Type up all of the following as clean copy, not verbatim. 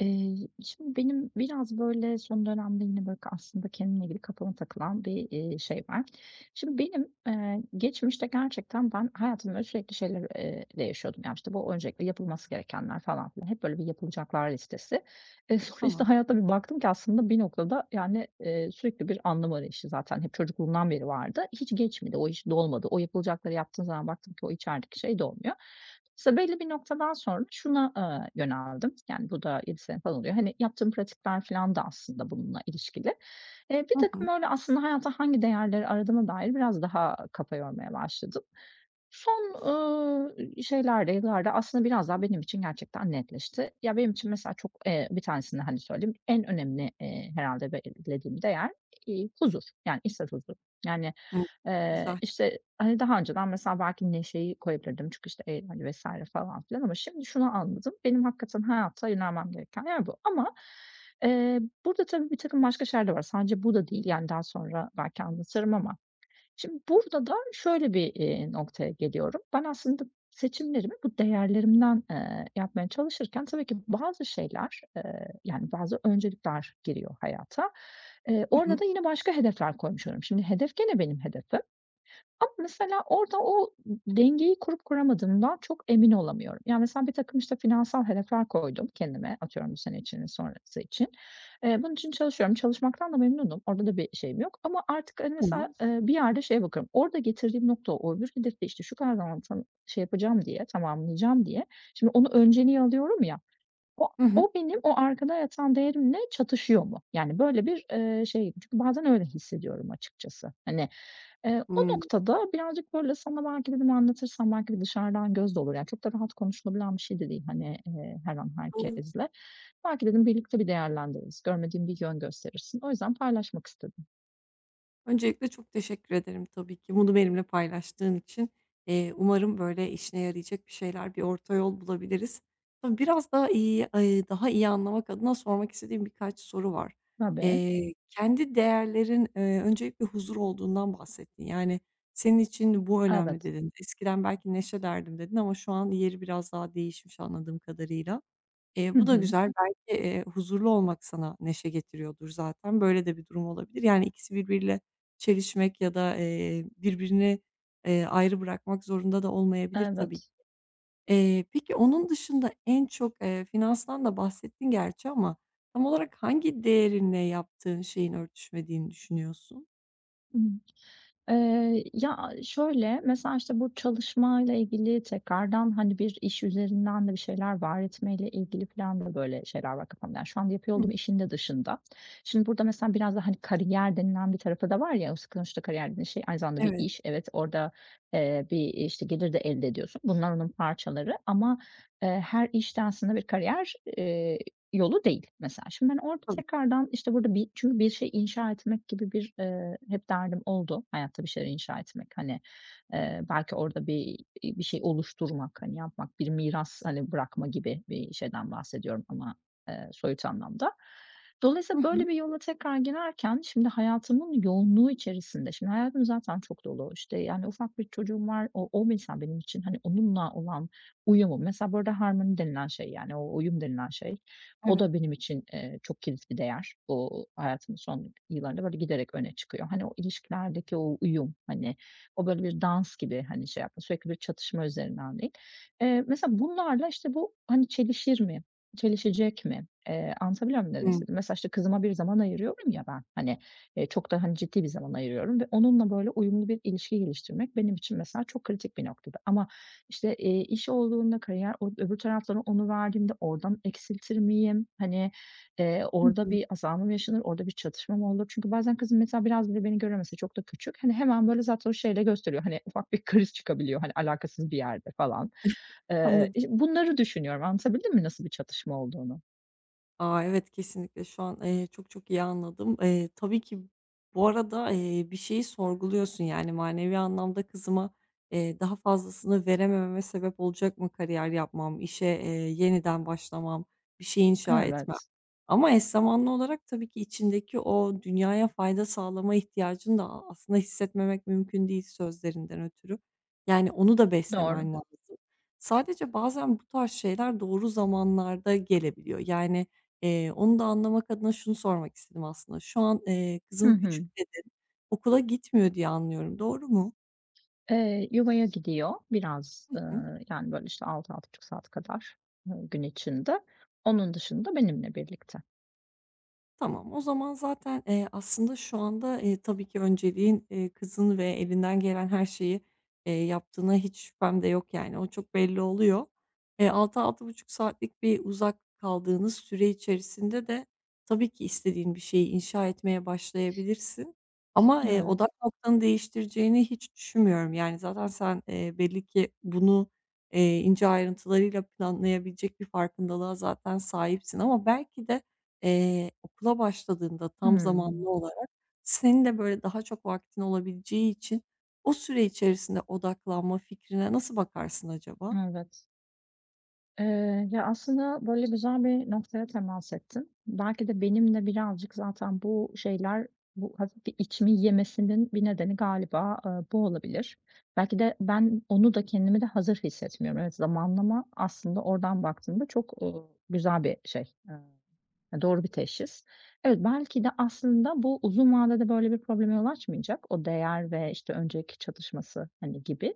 Eee, Şimdi benim biraz, böyle, son dönemde yine, böyle, aslında kendimle ilgili kafama takılan bir, şey var. Şimdi benim, geçmişte gerçekten ben hayatımda, böyle, sürekli şeylerle yaşıyordum. Yani, işte, bu öncelikle yapılması gerekenler falan filan. Hep böyle bir yapılacaklar listesi. Sonra, işte, Tamam. hayata bir baktım ki aslında bir noktada, yani, sürekli bir anlam arayışı zaten hep çocukluğumdan beri vardı. Hiç geçmedi, o iş dolmadı. O yapılacakları yaptığım zaman baktım ki o içerideki şey dolmuyor. İşte belli bir noktadan sonra şuna, yöneldim. Yani bu da 7 sene falan oluyor. Hani yaptığım pratikler filan da aslında bununla ilişkili. Hı Birtakım hı. böyle aslında hayatta hangi değerleri aradığıma dair biraz daha kafa yormaya başladım. Son yıllarda aslında biraz daha benim için gerçekten netleşti. Ya, benim için mesela çok, bir tanesini, hani, söyleyeyim, en önemli, herhâlde belirlediğim değer, huzur. Yani, içsel huzur. Yani, Evet, güzel. işte, hani, daha önceden mesela belki neşeyi koyabilirdim çünkü, işte, eğlence vs. falan filan ama şimdi şunu anladım. Benim hakikaten hayata yönelmem gereken yer bu ama, eee burada tabii birtakım başka şeyler de var. Sadece bu da değil, yani, daha sonra belki anlatırım ama. Şimdi burada da şöyle bir, noktaya geliyorum. Ben aslında seçimlerimi bu değerlerimden, yapmaya çalışırken tabii ki bazı şeyler, yani, bazı öncelikler giriyor hayata. Hı Orada hı. da yine başka hedefler koymuş oluyorum. Şimdi hedef gene benim hedefim ama mesela orada o dengeyi kurup kuramadığımdan çok emin olamıyorum. Yani, mesela bir takım işte, finansal hedefler koydum kendime, atıyorum bu sene için, sonrası için. Bunun için çalışıyorum. Çalışmaktan da memnunum. Orada da bir şeyim yok ama artık, hani, mesela, Tamam. Bir yerde şeye bakıyorum. Orada getirdiğim nokta o. Öbür hedefte, işte, şu kadar zaman tam şey yapacağım diye, tamamlayacağım diye şimdi onu önceliğe alıyorum ya, o Hı hı. o benim o arkada yatan değerimle çatışıyor mu? Yani, böyle bir, şey çünkü bazen öyle hissediyorum açıkçası. Hani, o Imm, noktada birazcık, böyle, sana belki dedim anlatırsam belki bir dışarıdan göz de olur. Yani, çok da rahat konuşulabilen bir şey de değil, hani, her an Bu herkesle. Belki dedim birlikte bir değerlendiririz, görmediğim bir yön gösterirsin. O yüzden paylaşmak istedim. öncelikle çok teşekkür ederim tabii ki bunu benimle paylaştığın için. Umarım, böyle, işine yarayacak bir şeyler, bir orta yol bulabiliriz. Tabii biraz daha daha iyi anlamak adına sormak istediğim birkaç soru var. Tabii, Kendi değerlerin, öncelikle huzur olduğundan bahsettin. Yani, "Senin için bu önemli." evet. dedin. "Eskiden belki neşe derdim." dedin ama şu an yeri biraz daha değişmiş anladığım kadarıyla. Eee, Hı bu da hı, güzel. Belki, huzurlu olmak sana neşe getiriyordur zaten. Böyle de bir durum olabilir. Yani ikisi birbiriyle çelişmek ya da, birbirini, ayrı bırakmak zorunda da olmayabilir tabii ki. evet. Peki onun dışında en çok, finanstan da bahsettin gerçi ama tam olarak hangi değerinle yaptığın şeyin örtüşmediğini düşünüyorsun? Hı. Ya, şöyle, mesela, işte, bu çalışmayla ilgili tekrardan, hani, bir iş üzerinden de bir şeyler var etmeyle ilgili filan da böyle şeyler var kafamda. Yani, şu anda yapıyor Hımm. olduğum işin de dışında. Şimdi burada mesela biraz da, hani, kariyer denilen bir tarafı da var ya, sonuçta kariyer denilen şey aynı zamanda bir Evet, iş. Evet, orada, bir, işte, gelir de elde ediyorsun. Bunlar onun parçaları ama, her iş aslında bir kariyer, yolu değil mesela. Şimdi ben orada tabii. tekrardan, işte, burada bir çünkü bir şey inşa etmek gibi bir, hep derdim oldu. Hayatta bir şeyler inşa etmek, hani, belki orada bir, bir şey oluşturmak, hani, yapmak, bir miras, hani, bırakma gibi bir şeyden bahsediyorum ama, soyut anlamda. Hı Dolayısıyla hı. böyle bir yola tekrar girerken şimdi hayatımın yoğunluğu içerisinde, şimdi hayatım zaten çok dolu, işte, yani, ufak bir çocuğum var. O mesela benim için, hani, onunla olan uyumu mesela, burada harmoni denilen şey, yani, o uyum denilen şey, o Evet. da benim için, çok kilit bir değer. Bu hayatımın son yıllarında böyle giderek öne çıkıyor. Hani, o ilişkilerdeki o uyum, hani, o böyle bir dans gibi, hani, şey yapma, sürekli bir çatışma üzerinden değil. Mesela bunlarla, işte, bu, hani, çelişecek mi? Anlatabiliyor muyum ne demek Hımm. istediğimi? Mesela, işte, kızıma bir zaman ayırıyorum ya ben, hani, çok da, hani, ciddi bir zaman ayırıyorum ve onunla böyle uyumlu bir ilişki geliştirmek benim için mesela çok kritik bir noktada. Ama işte, iş olduğunda kariyer o öbür taraftan onu verdiğimde oradan eksiltir miyim? Hani, Hı orada hı. bir azalma mı yaşanır? Orada bir çatışma mı olur? Çünkü bazen kızım mesela biraz bile beni görüyor mesela çok da küçük. Hani, hemen böyle zaten o şeyle gösteriyor. Hani, ufak bir kriz çıkabiliyor, hani, alakasız bir yerde falan. Anladım. İş bunları düşünüyorum. Anlatabildim mi nasıl bir çatışma olduğunu? A, evet, kesinlikle şu an, çok çok iyi anladım. Tabii ki bu arada, bir şeyi sorguluyorsun, yani, manevi anlamda kızıma, daha fazlasını veremememe sebep olacak mı kariyer yapmam, işe, yeniden başlamam, bir şey inşa etmem? Evet, Ama eş zamanlı olarak tabii ki içindeki o dünyaya fayda sağlama ihtiyacını da aslında hissetmemek mümkün değil sözlerinden ötürü. Yani, onu da doğru. beslemen lazım. Sadece bazen bu tarz şeyler doğru zamanlarda gelebiliyor. Yani. Onu da anlamak adına şunu sormak istedim aslında. Şu an, Hı kızın küçük hı. dedin, okula gitmiyor diye anlıyorum. Doğru mu? Yuvaya gidiyor biraz, yani, böyle, işte, altı altı 6,5 saat kadar, gün içinde. Onun dışında benimle birlikte. Tamam, o zaman zaten, aslında şu anda, tabii ki önceliğin, kızın ve elinden gelen her şeyi, yaptığına hiç şüphem de yok yani. O çok belli oluyor. 6-6,5 saatlik bir uzak kaldığınız süre içerisinde de tabii ki istediğin bir şeyi inşa etmeye başlayabilirsin. Ama, Evet. odak noktanı değiştireceğini hiç düşünmüyorum. Yani, zaten sen, belli ki bunu, ince ayrıntılarıyla planlayabilecek bir farkındalığa zaten sahipsin ama belki de okula başladığında tam Hımm. zamanlı olarak senin de, böyle, daha çok vaktin olabileceği için o süre içerisinde odaklanma fikrine nasıl bakarsın acaba? Evet. Ya, aslında böyle güzel bir noktaya temas ettin. Belki de benim de birazcık zaten bu şeyler, bu hafif bir içimi yemesinin bir nedeni galiba, bu olabilir. Belki de ben onu da kendimi de hazır hissetmiyorum. Evet, zamanlama aslında oradan baktığımda çok, güzel bir şey. Ya, doğru bir teşhis. Evet, belki de aslında bu uzun vadede böyle bir probleme yol açmayacak. O değer ve, işte, öncelik çatışması, hani, gibi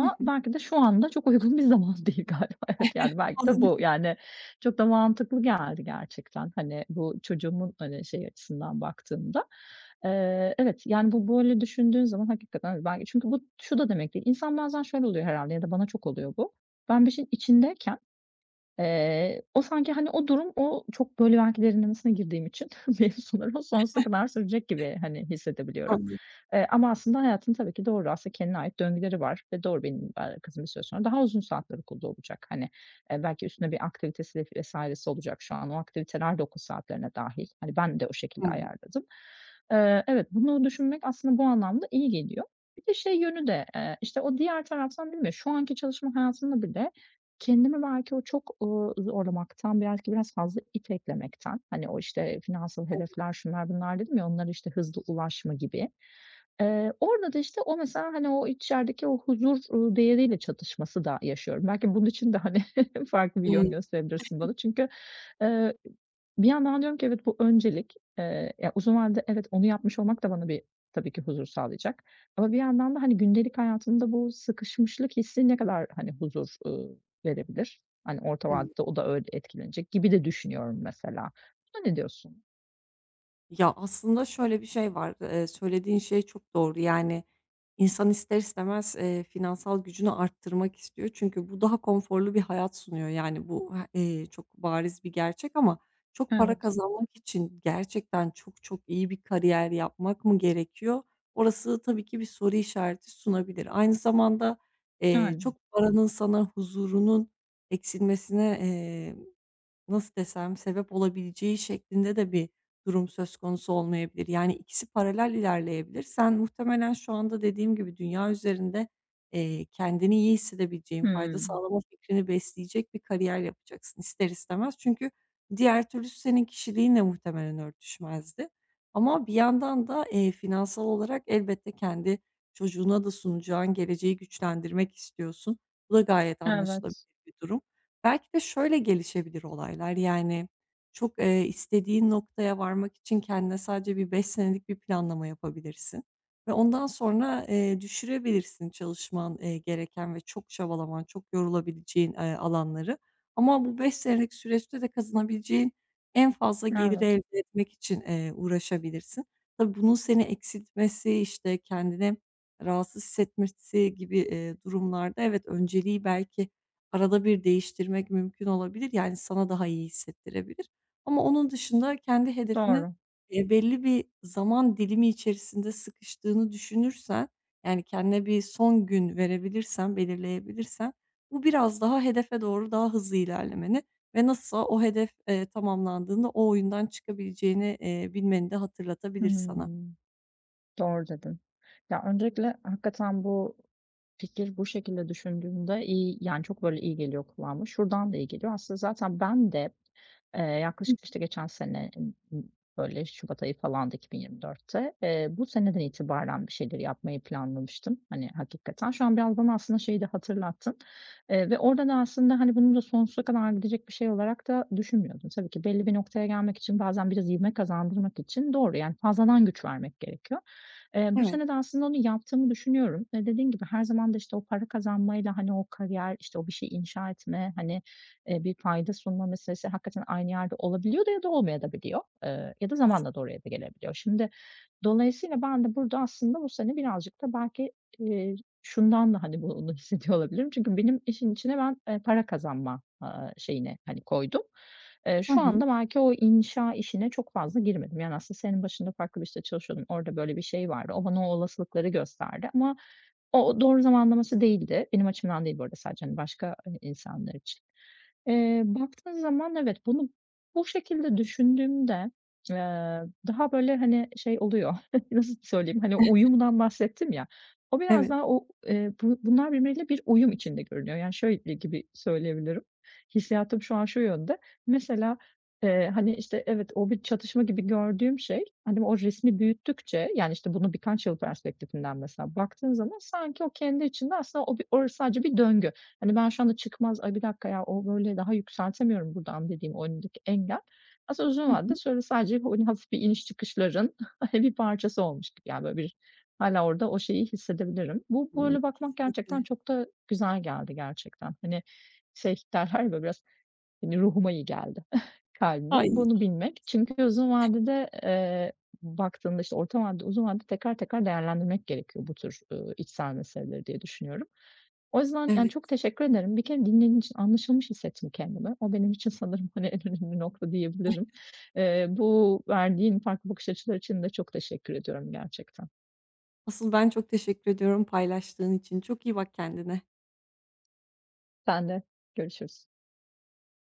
Hı hı. belki de şu anda çok uygun bir zaman değil galiba. Evet, yani, belki de Anladım, bu. Yani, çok da mantıklı geldi gerçekten, hani, bu çocuğumun, hani, şey açısından baktığımda. Evet, yani, bu böyle düşündüğün zaman hakikaten, evet, belki çünkü bu şu da demek değil. İnsan bazen şöyle oluyor herhalde ya da bana çok oluyor bu. Ben bir şeyin içindeyken, o sanki, hani, o durum, o çok böyle belki derinlemesine girdiğim için benim mevzuların sonsuza kadar sürecek gibi, hani, hissedebiliyorum. anladım. Ama aslında hayatın tabii ki doğru, aslında kendine ait döngüleri var ve doğru benim, kızım bir süre sonra daha uzun saatler okulda olacak. Hani, belki üstüne bir aktivitesi de vs.si olacak şu an. O aktiviteler de okul saatlerine dahil. Hani, ben de o şekilde Hımm. ayarladım. Evet, bunu düşünmek aslında bu anlamda iyi geliyor. Bir de şey yönü de, işte, o diğer taraftan bilmiyorum, şu anki çalışma hayatında bile, kendimi belki o çok, zorlamaktan, belki biraz fazla iteklemekten, hani, o, işte, finansal hedefler, şunlar bunlar dedim ya, onlara, işte, hızlı ulaşma gibi. Orada da, işte, o mesela, hani, o içerideki o huzur, değeriyle çatışması da yaşıyorum. Belki bunun için de, hani, farklı bir Hı yön gösterebilirsin bana. Çünkü, eee bir yandan diyorum ki evet bu öncelik. Ya, uzun vadede evet onu yapmış olmak da bana bir tabii ki huzur sağlayacak. Ama bir yandan da, hani, gündelik hayatımda bu sıkışmışlık hissi ne kadar, hani, huzur, verebilir? Hani, orta hı. vadede o da öyle etkilenecek gibi de düşünüyorum mesela. Buna ne diyorsun? Ya, aslında şöyle bir şey var, söylediğin şey çok doğru. Yani, insan ister istemez, finansal gücünü arttırmak istiyor. Çünkü bu daha konforlu bir hayat sunuyor. Yani, bu çok bariz bir gerçek ama çok para Evet, kazanmak için gerçekten çok çok iyi bir kariyer yapmak mı gerekiyor? Orası tabii ki bir soru işareti sunabilir. Aynı zamanda, yani. çok paranın sana huzurunun eksilmesine, nasıl desem, sebep olabileceği şeklinde de bir durum söz konusu olmayabilir. Yani ikisi paralel ilerleyebilir. Sen muhtemelen şu anda dediğim gibi dünya üzerinde, kendini iyi hissedebileceğin, fayda Hımm. sağlama fikrini besleyecek bir kariyer yapacaksın ister istemez. Çünkü diğer türlüsü senin kişiliğinle muhtemelen örtüşmezdi. Ama bir yandan da, finansal olarak elbette kendi çocuğuna da sunacağın geleceği güçlendirmek istiyorsun. Bu da gayet anlaşılabilir Evet, bir durum. Belki de şöyle gelişebilir olaylar, yani, çok, istediğin noktaya varmak için kendine sadece bir 5 senelik bir planlama yapabilirsin ve ondan sonra, düşürebilirsin çalışman, gereken ve çok çabalaman, çok yorulabileceğin, alanları ama bu 5 senelik süreçte de kazanabileceğin en fazla geliri evet, elde etmek için, uğraşabilirsin. Tabii bunun seni eksiltmesi, işte, kendini rahatsız hissetmesi gibi, durumlarda evet, önceliği belki arada bir değiştirmek mümkün olabilir. Yani, sana daha iyi hissettirebilir ama onun dışında kendi hedefinin, doğru. Belli bir zaman dilimi içerisinde sıkıştığını düşünürsen, yani, kendine bir son gün verebilirsen, belirleyebilirsen bu biraz daha hedefe doğru daha hızlı ilerlemeni ve nasılsa o hedef, tamamlandığında o oyundan çıkabileceğini, bilmeni de hatırlatabilir sana. Hımm. Doğru dedin. Ya, öncelikle hakikaten bu fikir bu şekilde düşündüğümde iyi, yani, çok böyle iyi geliyor kulağıma. Şuradan da iyi geliyor. Aslında zaten ben de, yaklaşık, işte, geçen sene, m, böyle, şubat ayı falandı 2024'te. Bu seneden itibaren bir şeyleri yapmayı planlamıştım, hani, hakikaten. Şu an biraz bana aslında şeyi de hatırlattın, ve orada da aslında, hani, bunu da sonsuza kadar gidecek bir şey olarak da düşünmüyordum. Tabii ki belli bir noktaya gelmek için bazen biraz ivme kazandırmak için doğru, yani, fazladan güç vermek gerekiyor. Bu Evet. sene de aslında onu yaptığımı düşünüyorum ve dediğin gibi her zaman da, işte, o para kazanmayla, hani, o kariyer, işte, o bir şey inşa etme, hani, bir fayda sunma meselesi hakikaten aynı yerde olabiliyor da ya da olmayabiliyor, ya da zamanla da oraya da gelebiliyor. Şimdi dolayısıyla ben de burada aslında bu sene birazcık da belki, eee, şundan da, hani, bunu hissediyor olabilirim. Çünkü benim işin içine ben, para kazanma, şeyine, hani, koydum. Hı Şu hı. anda belki o inşa işine çok fazla girmedim. Yani, aslında senin başında farklı bir işte çalışıyordum. Orada böyle bir şey vardı. O bana o olasılıkları gösterdi ama o doğru zamanlaması değildi. Benim açımdan değil bu arada sadece, hani, başka, hani, insanlar için. Baktığın zaman evet, bunu bu şekilde düşündüğümde, Eee, daha böyle, hani, şey oluyor, nasıl söyleyeyim, hani, uyumdan bahsettim ya, o biraz Evet. daha o, bunlar birbiriyle bir uyum içinde görünüyor. Yani, şöyle gibi söyleyebilirim, hissiyatım şu an şu yönde, mesela, hani, işte, evet, o bir çatışma gibi gördüğüm şey, hani, o resmi büyüttükçe, yani, işte, bunu birkaç yıl perspektifinden mesela baktığın zaman sanki o kendi içinde aslında o bir orası sadece bir döngü. Hani, ben şu anda çıkmaz, "Ay, bir dakika ya, o böyle daha yükseltemiyorum buradan." dediğim o önündeki engel aslında Hı uzun vadede hı. şöyle sadece hani hafif bir iniş çıkışların bir parçası olmuş gibi, yani, böyle, bir hala orada o şeyi hissedebilirim. Bu Hımm. böyle bakmak gerçekten Kesinlikle. çok da güzel geldi gerçekten. Hani, şey derler ya, böyle, biraz, hani, ruhuma iyi geldi, kalbime. Ay, Bunu bilmek çünkü uzun vadede, baktığında, işte, orta vadede, uzun vadede tekrar tekrar değerlendirmek gerekiyor bu tür, içsel meseleleri diye düşünüyorum. O yüzden, yani, evet. çok teşekkür ederim. Bir kere dinlediğin için anlaşılmış hissettim kendimi. O benim için sanırım, hani, en önemli nokta diyebilirim. Bu verdiğin farklı bakış açıları için de çok teşekkür ediyorum gerçekten. Asıl ben çok teşekkür ediyorum paylaştığın için. Çok iyi bak kendine. Sen de. Görüşürüz.